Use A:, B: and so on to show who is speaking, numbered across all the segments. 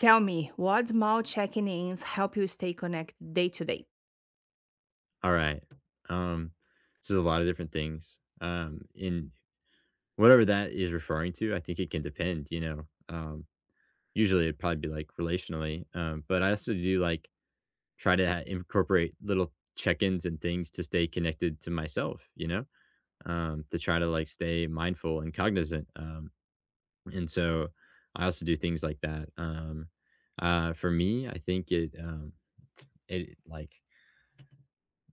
A: Tell me, what small checking ins help you stay connected day to day?
B: All right. Um, this is a lot of different things. In whatever that is referring to, I think it can depend, you know. Usually it'd probably be like relationally. But I also do like incorporate little check-ins and things to stay connected to myself, you know, to try to like stay mindful and cognizant. And so I also do things like that. For me, I think it.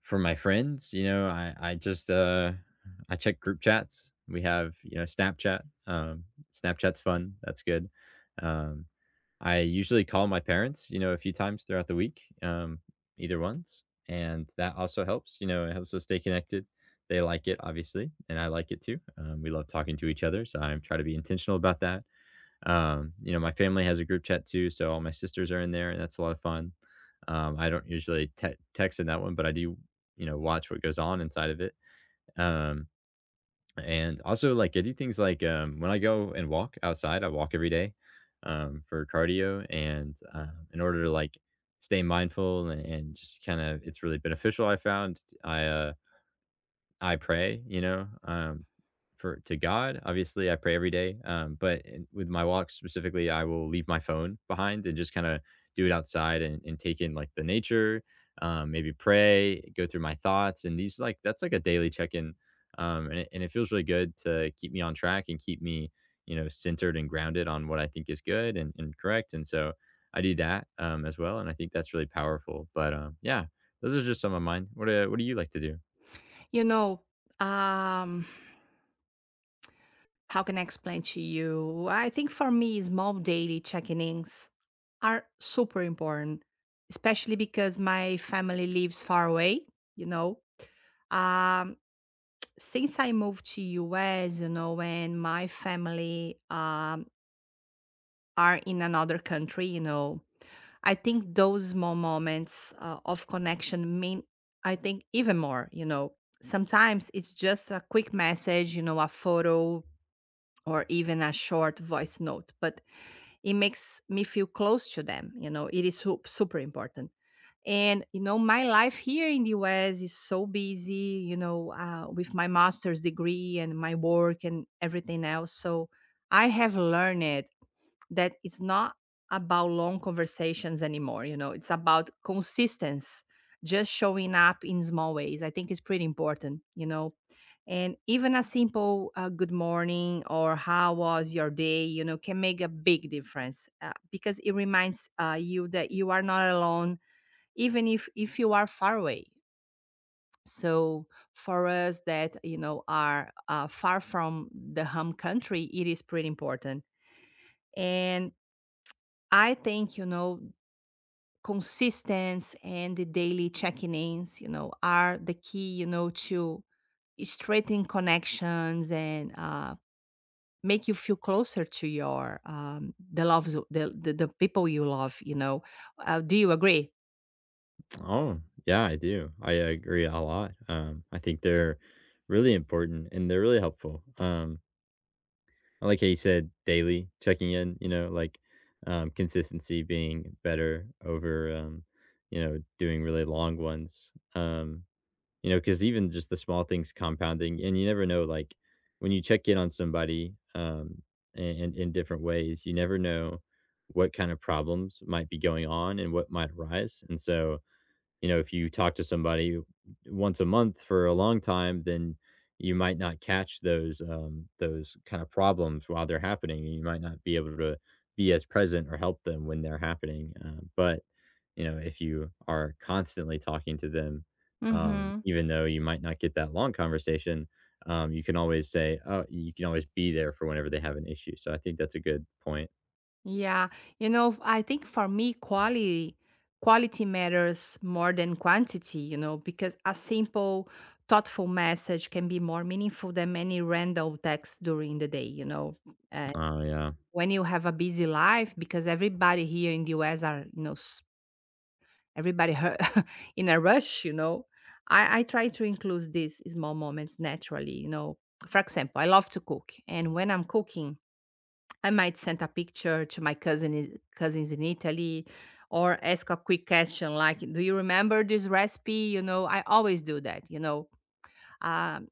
B: For my friends, you know, I just, I check group chats. We have, you know, Snapchat, Snapchat's fun, that's good. Um, I usually call my parents, you know, a few times throughout the week, either ones, and that also helps, you know, it helps us stay connected. They like it, obviously, and I like it too. We love talking to each other, so I'm try to be intentional about that. You know, my family has a group chat too, so all my sisters are in there, and that's a lot of fun. I don't usually text in that one, but I do, you know, watch what goes on inside of it. Um, and also, like, I do things like when I go and walk outside, I walk every day for cardio, and in order to like stay mindful and just kind of, it's really beneficial. I found I pray, you know, for to God. Obviously, I pray every day. With my walk specifically, I will leave my phone behind and just kind of do it outside and take in like the nature, maybe pray, go through my thoughts. And these like, that's like a daily check in. And it feels really good to keep me on track and keep me, you know, centered and grounded on what I think is good and correct. And so I do that as well. And I think that's really powerful. But Yeah, those are just some of mine. What do you like to do?
A: You know, um, how can I explain to you? I think for me, small daily checking ins are super important, especially because my family lives far away, you know. Um, since I moved to US, you know, and my family are in another country, you know. I think those small moments of connection mean, I think, even more, you know. Sometimes it's just a quick message, you know, a photo or even a short voice note, but it makes me feel close to them, you know. It is super important. And, you know, my life here in the US is so busy, you know, with my master's degree and my work and everything else. So I have learned that it's not about long conversations anymore, you know. It's about consistency, just showing up in small ways. I think it's pretty important, you know. And even a simple good morning or how was your day, you know, can make a big difference, because it reminds you that you are not alone, even if you are far away. So for us that, you know, are far from the home country, it is pretty important. And I think, you know, consistency and the daily checking ins, you know, are the key, you know, to straighten connections and, make you feel closer to your, the loves, the people you love, you know. Do you agree?
B: Oh, yeah, I do. I agree a lot. I think they're really important and they're really helpful. I like how you said daily checking in, you know, like consistency being better over, you know, doing really long ones. You know, because even just the small things compounding, and you never know, like when you check in on somebody and in different ways, you never know what kind of problems might be going on and what might arise. And so, you know, if you talk to somebody once a month for a long time, then you might not catch those kind of problems while they're happening, and you might not be able to be as present or help them when they're happening. But you know, if you are constantly talking to them,
A: Mm-hmm.
B: even though you might not get that long conversation, you can always say, "Oh, you can always be there for whenever they have an issue." So I think that's a good point.
A: Yeah, you know, I think for me, quality matters more than quantity, you know, because a simple, thoughtful message can be more meaningful than many random texts during the day, you know. Uh,
B: Oh yeah,
A: when you have a busy life, because everybody here in the US are, you know, everybody hu- in a rush, you know, I try to include these small moments naturally, you know. For example, I love to cook, and when I'm cooking, I might send a picture to my cousins in Italy or ask a quick question like, "Do you remember this recipe?" You know, I always do that. You know, um,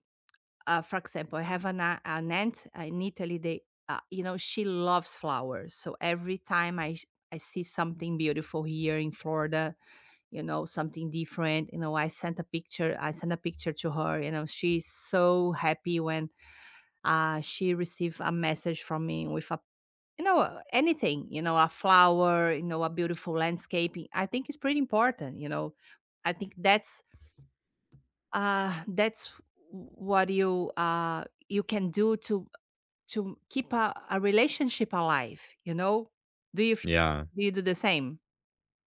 A: for example, I have an aunt in Italy. They, you know, she loves flowers. So every time I see something beautiful here in Florida, you know, something different. You know, I sent a picture. I sent a picture to her. You know, she's so happy when she received a message from me with a, you know, anything, you know, a flower, you know, a beautiful landscaping. I think it's pretty important, you know. I think that's what you can do to keep a relationship alive, you know? Do you f-
B: yeah.
A: do you do the same?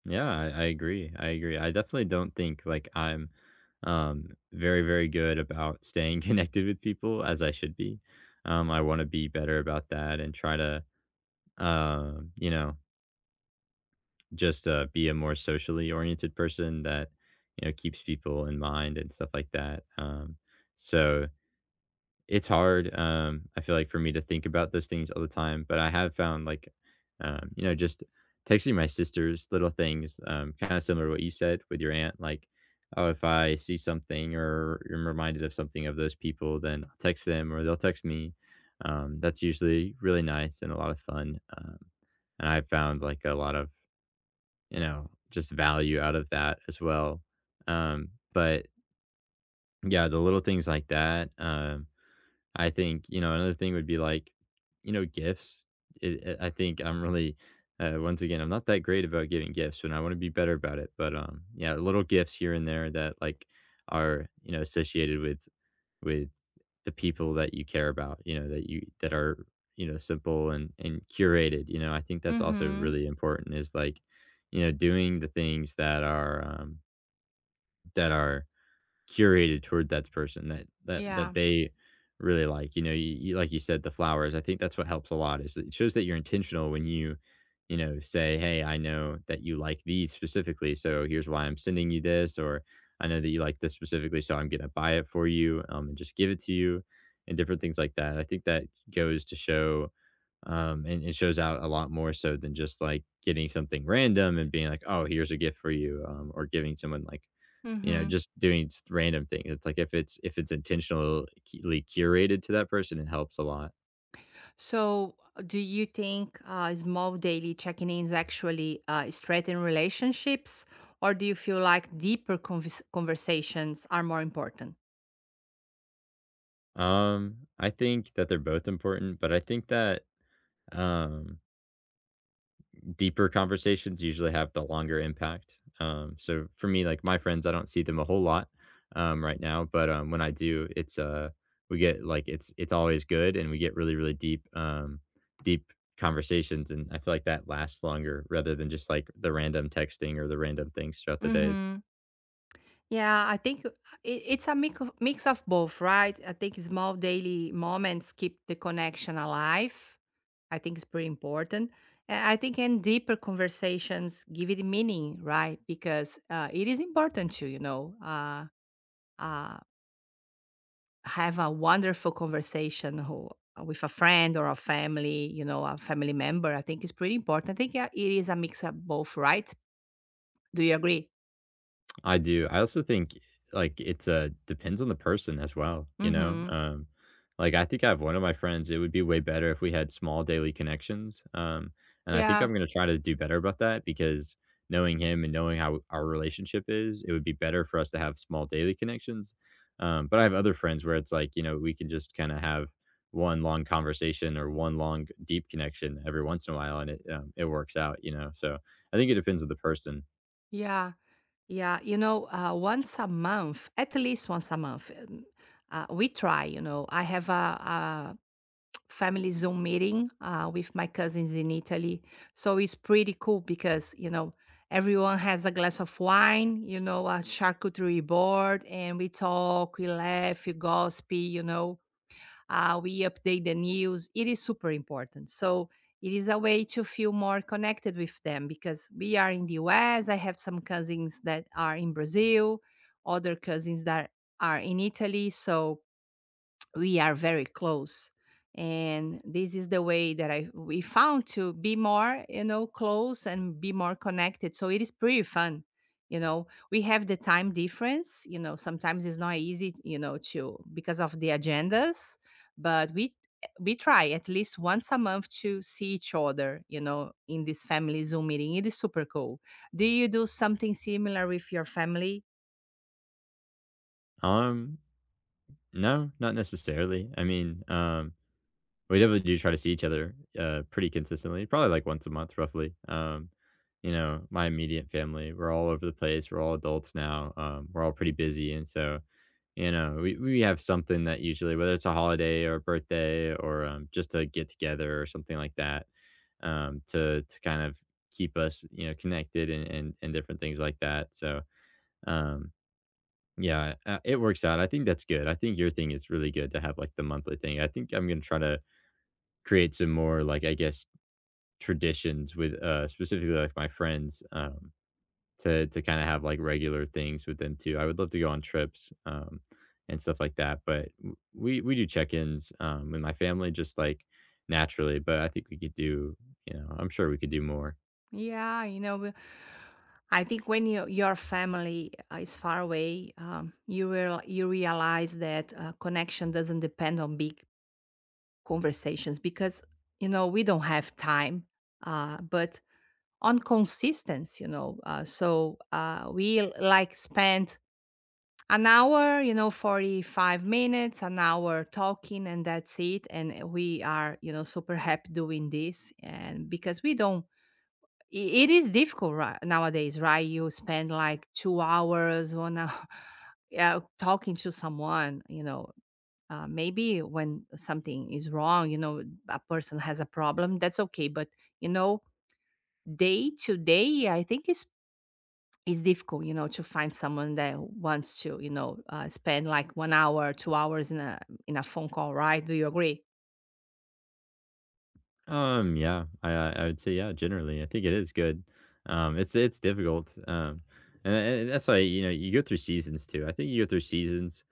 B: Yeah, I agree. I agree. I definitely don't think like I'm very, very good about staying connected with people as I should be. I want to be better about that and try to you know, just be a more socially oriented person that, you know, keeps people in mind and stuff like that. So it's hard, I feel like for me to think about those things all the time, but I have found, like, you know, just texting my sisters little things, kinda similar to what you said with your aunt, like, oh, if I see something or I am reminded of something of those people, then I'll text them or they'll text me. That's usually really nice and a lot of fun, and I found, like, a lot of, you know, just value out of that as well. But yeah, the little things like that, I think, you know, another thing would be like, you know, gifts. I think I'm really, once again, I'm not that great about giving gifts and I want to be better about it. But Yeah, little gifts here and there that like are, you know, associated with the people that you care about, you know, that you, that are, you know, simple and curated, you know, I think that's also
A: Mm-hmm.
B: really important is like, you know, doing the things that are, curated toward that person that that
A: Yeah.
B: that they really like. You know, you like you said, the flowers. I think that's what helps a lot. Is it shows that you're intentional when you know, say, "Hey, I know that you like these specifically, so here's why I'm sending you this," or "I know that you like this specifically, so I'm gonna buy it for you and just give it to you," and different things like that. I think that goes to show. And it shows out a lot more so than just like getting something random and being like, "Oh, here's a gift for you," or giving someone like you know,
A: Mm-hmm.
B: just doing s random things. It's like if it's intentionally curated to that person, it helps a lot.
A: So, do you think small daily checking ins actually strengthen relationships, or do you feel like deeper conversations are more important?
B: I think that they're both important, but I think that, um, deeper conversations usually have the longer impact. So for me, like, my friends, I don't see them a whole lot, right now, but, when I do, it's, we get, like it's always good, and we get really, really deep, deep conversations, and I feel like that lasts longer rather than just, like, the random texting or the random things throughout the days.
A: Mm-hmm. Yeah, I think it, it's a mix of both, right? I think small daily moments keep the connection alive. I think it's pretty important. And I think in deeper conversations give it meaning, right? Because it is important to, you know, uh, have a wonderful conversation with a friend or a family, you know, a family member. I think it's pretty important. I think, yeah, it is a mix of both, right? Do you agree?
B: I do. I also think, like, it's a depends on the person as well, you know?
A: Mm-hmm.
B: Like, I think I have one of my friends, it would be way better if we had small daily connections. And I think
A: Yeah,
B: I'm gonna try to do better about that because knowing him and knowing how our relationship is, it would be better for us to have small daily connections. But I have other friends where it's like, you know, we can just kind of have one long conversation or one long deep connection every once in a while, and it it works out, you know. So I think it depends on the person.
A: yeah. Yeah, you know, once a month, at least once a month, we try. You know, I have a family Zoom meeting with my cousins in Italy. So it's pretty cool because, you know, everyone has a glass of wine, you know, a charcuterie board, and we talk, we laugh, we gossip, you know, we update the news. It is super important. So it is a way to feel more connected with them because we are in the US. I have some cousins that are in Brazil, other cousins that are in Italy. So we are very close, and this is the way that I we found to be more, you know, close and be more connected, so it is pretty fun. You know, we have the time difference, you know. Sometimes it's not easy, you know, to because of the agendas, but we try at least once a month to see each other, you know, in this family Zoom meeting. It is super cool. Do you do something similar with your family?
B: Um, No, not necessarily. I mean, we definitely do try to see each other pretty consistently, probably like once a month, roughly. You know, my immediate family, we're all over the place. We're all adults now. We're all pretty busy, and so you know, we have something that usually, whether it's a holiday or a birthday or just a get together or something like that, to kind of keep us, you know, connected and and different things like that. So um yeah, it works out. I think that's good. I think your thing is really good to have like the monthly thing. I think I'm gonna try to create some more like I guess traditions with specifically like my friends to kind of have like regular things with them too. I would love to go on trips and stuff like that, but we do check-ins with my family just like naturally, but I think we could do, you know, I'm sure we could do more.
A: Yeah, you know, we- I think when you, your family is far away, you realize that connection doesn't depend on big conversations because, you know, we don't have time, but on consistency, you know. So like spend an hour, you know, 45 minutes, an hour talking, and that's it. And we are, you know, super happy doing this, and because we don't it is difficult right nowadays, right? You spend like 2 hours, 1 hour, yeah, talking to someone. You know, maybe when something is wrong, you know, a person has a problem. That's okay, but, you know, day to day, I think it's difficult, you know, to find someone that wants to, you know, spend like 1 hour, 2 hours in a phone call, right? Do you agree?
B: Yeah, I would say yeah, generally. I think it is good. It's difficult. And that's why, you know, you go through seasons too. I think you go through seasons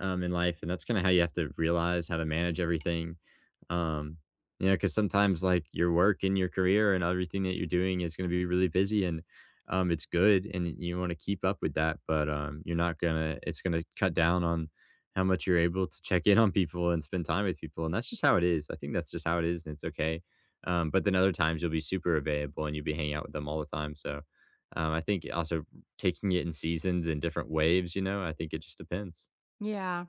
B: in life and that's kind of how you have to realize how to manage everything. Um, you know, because sometimes like your work and your career and everything that you're doing is going to be really busy and it's good and you want to keep up with that, but you're not gonna it's gonna cut down on how much you're able to check in on people and spend time with people. And that's just how it is. I think that's just how it is and it's okay but then other times you'll be super available and you'll be hanging out with them all the time. So I think also taking it in seasons and different waves, you know, I think it just depends.
A: Yeah.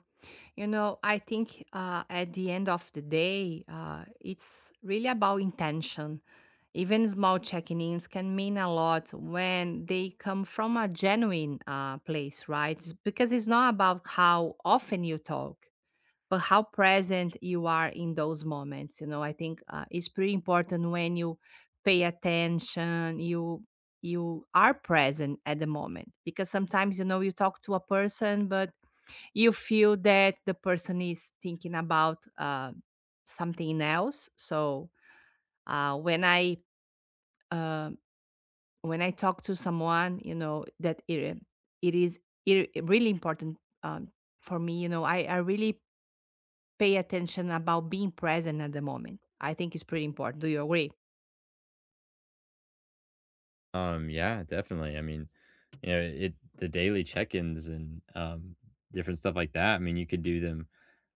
A: You know, I think at the end of the day, it's really about intention. Even small checking ins can mean a lot when they come from a genuine place, right? It's Because it's not about how often you talk, but how present you are in those moments. You know, I think it's pretty important when you pay attention, you are present at the moment, because sometimes, you know, you talk to a person but you feel that the person is thinking about something else. So uh, when I uh, when I talk to someone, you know that it is, it really important, um, for me. You know, I really pay attention about being present at the moment. I think it's pretty important. Do you agree?
B: Yeah, definitely. I mean, you know, it the daily check-ins and different stuff like that. I mean, you could do them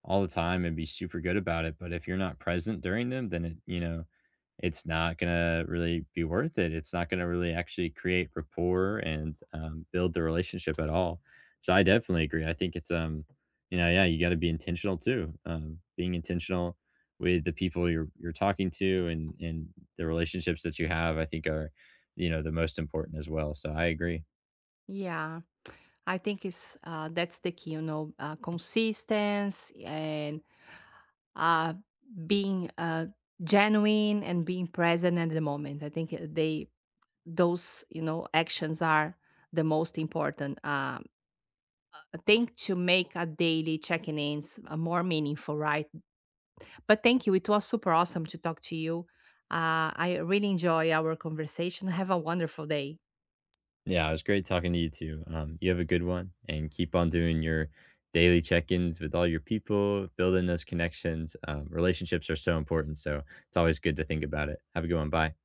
B: all the time and be super good about it, but if you're not present during them, then it, you know, it's not gonna really be worth it. It's not gonna really actually create rapport and build the relationship at all. So I definitely agree. I think it's you know, yeah, you got to be intentional too. Being intentional with the people you're talking to and the relationships that you have, I think are you know, the most important as well. So I agree.
A: Yeah, I think it's that's the key. You know, consistency and, uh, being genuine and being present at the moment. I think they those, you know, actions are the most important. I think to make a daily checking ins more meaningful, right? But thank you. It was super awesome to talk to you. I really enjoy our conversation. Have a wonderful day.
B: Yeah, it was great talking to you too. You have a good one and keep on doing your daily check ins with all your people, building those connections. Relationships are so important. So it's always good to think about it. Have a good one. Bye.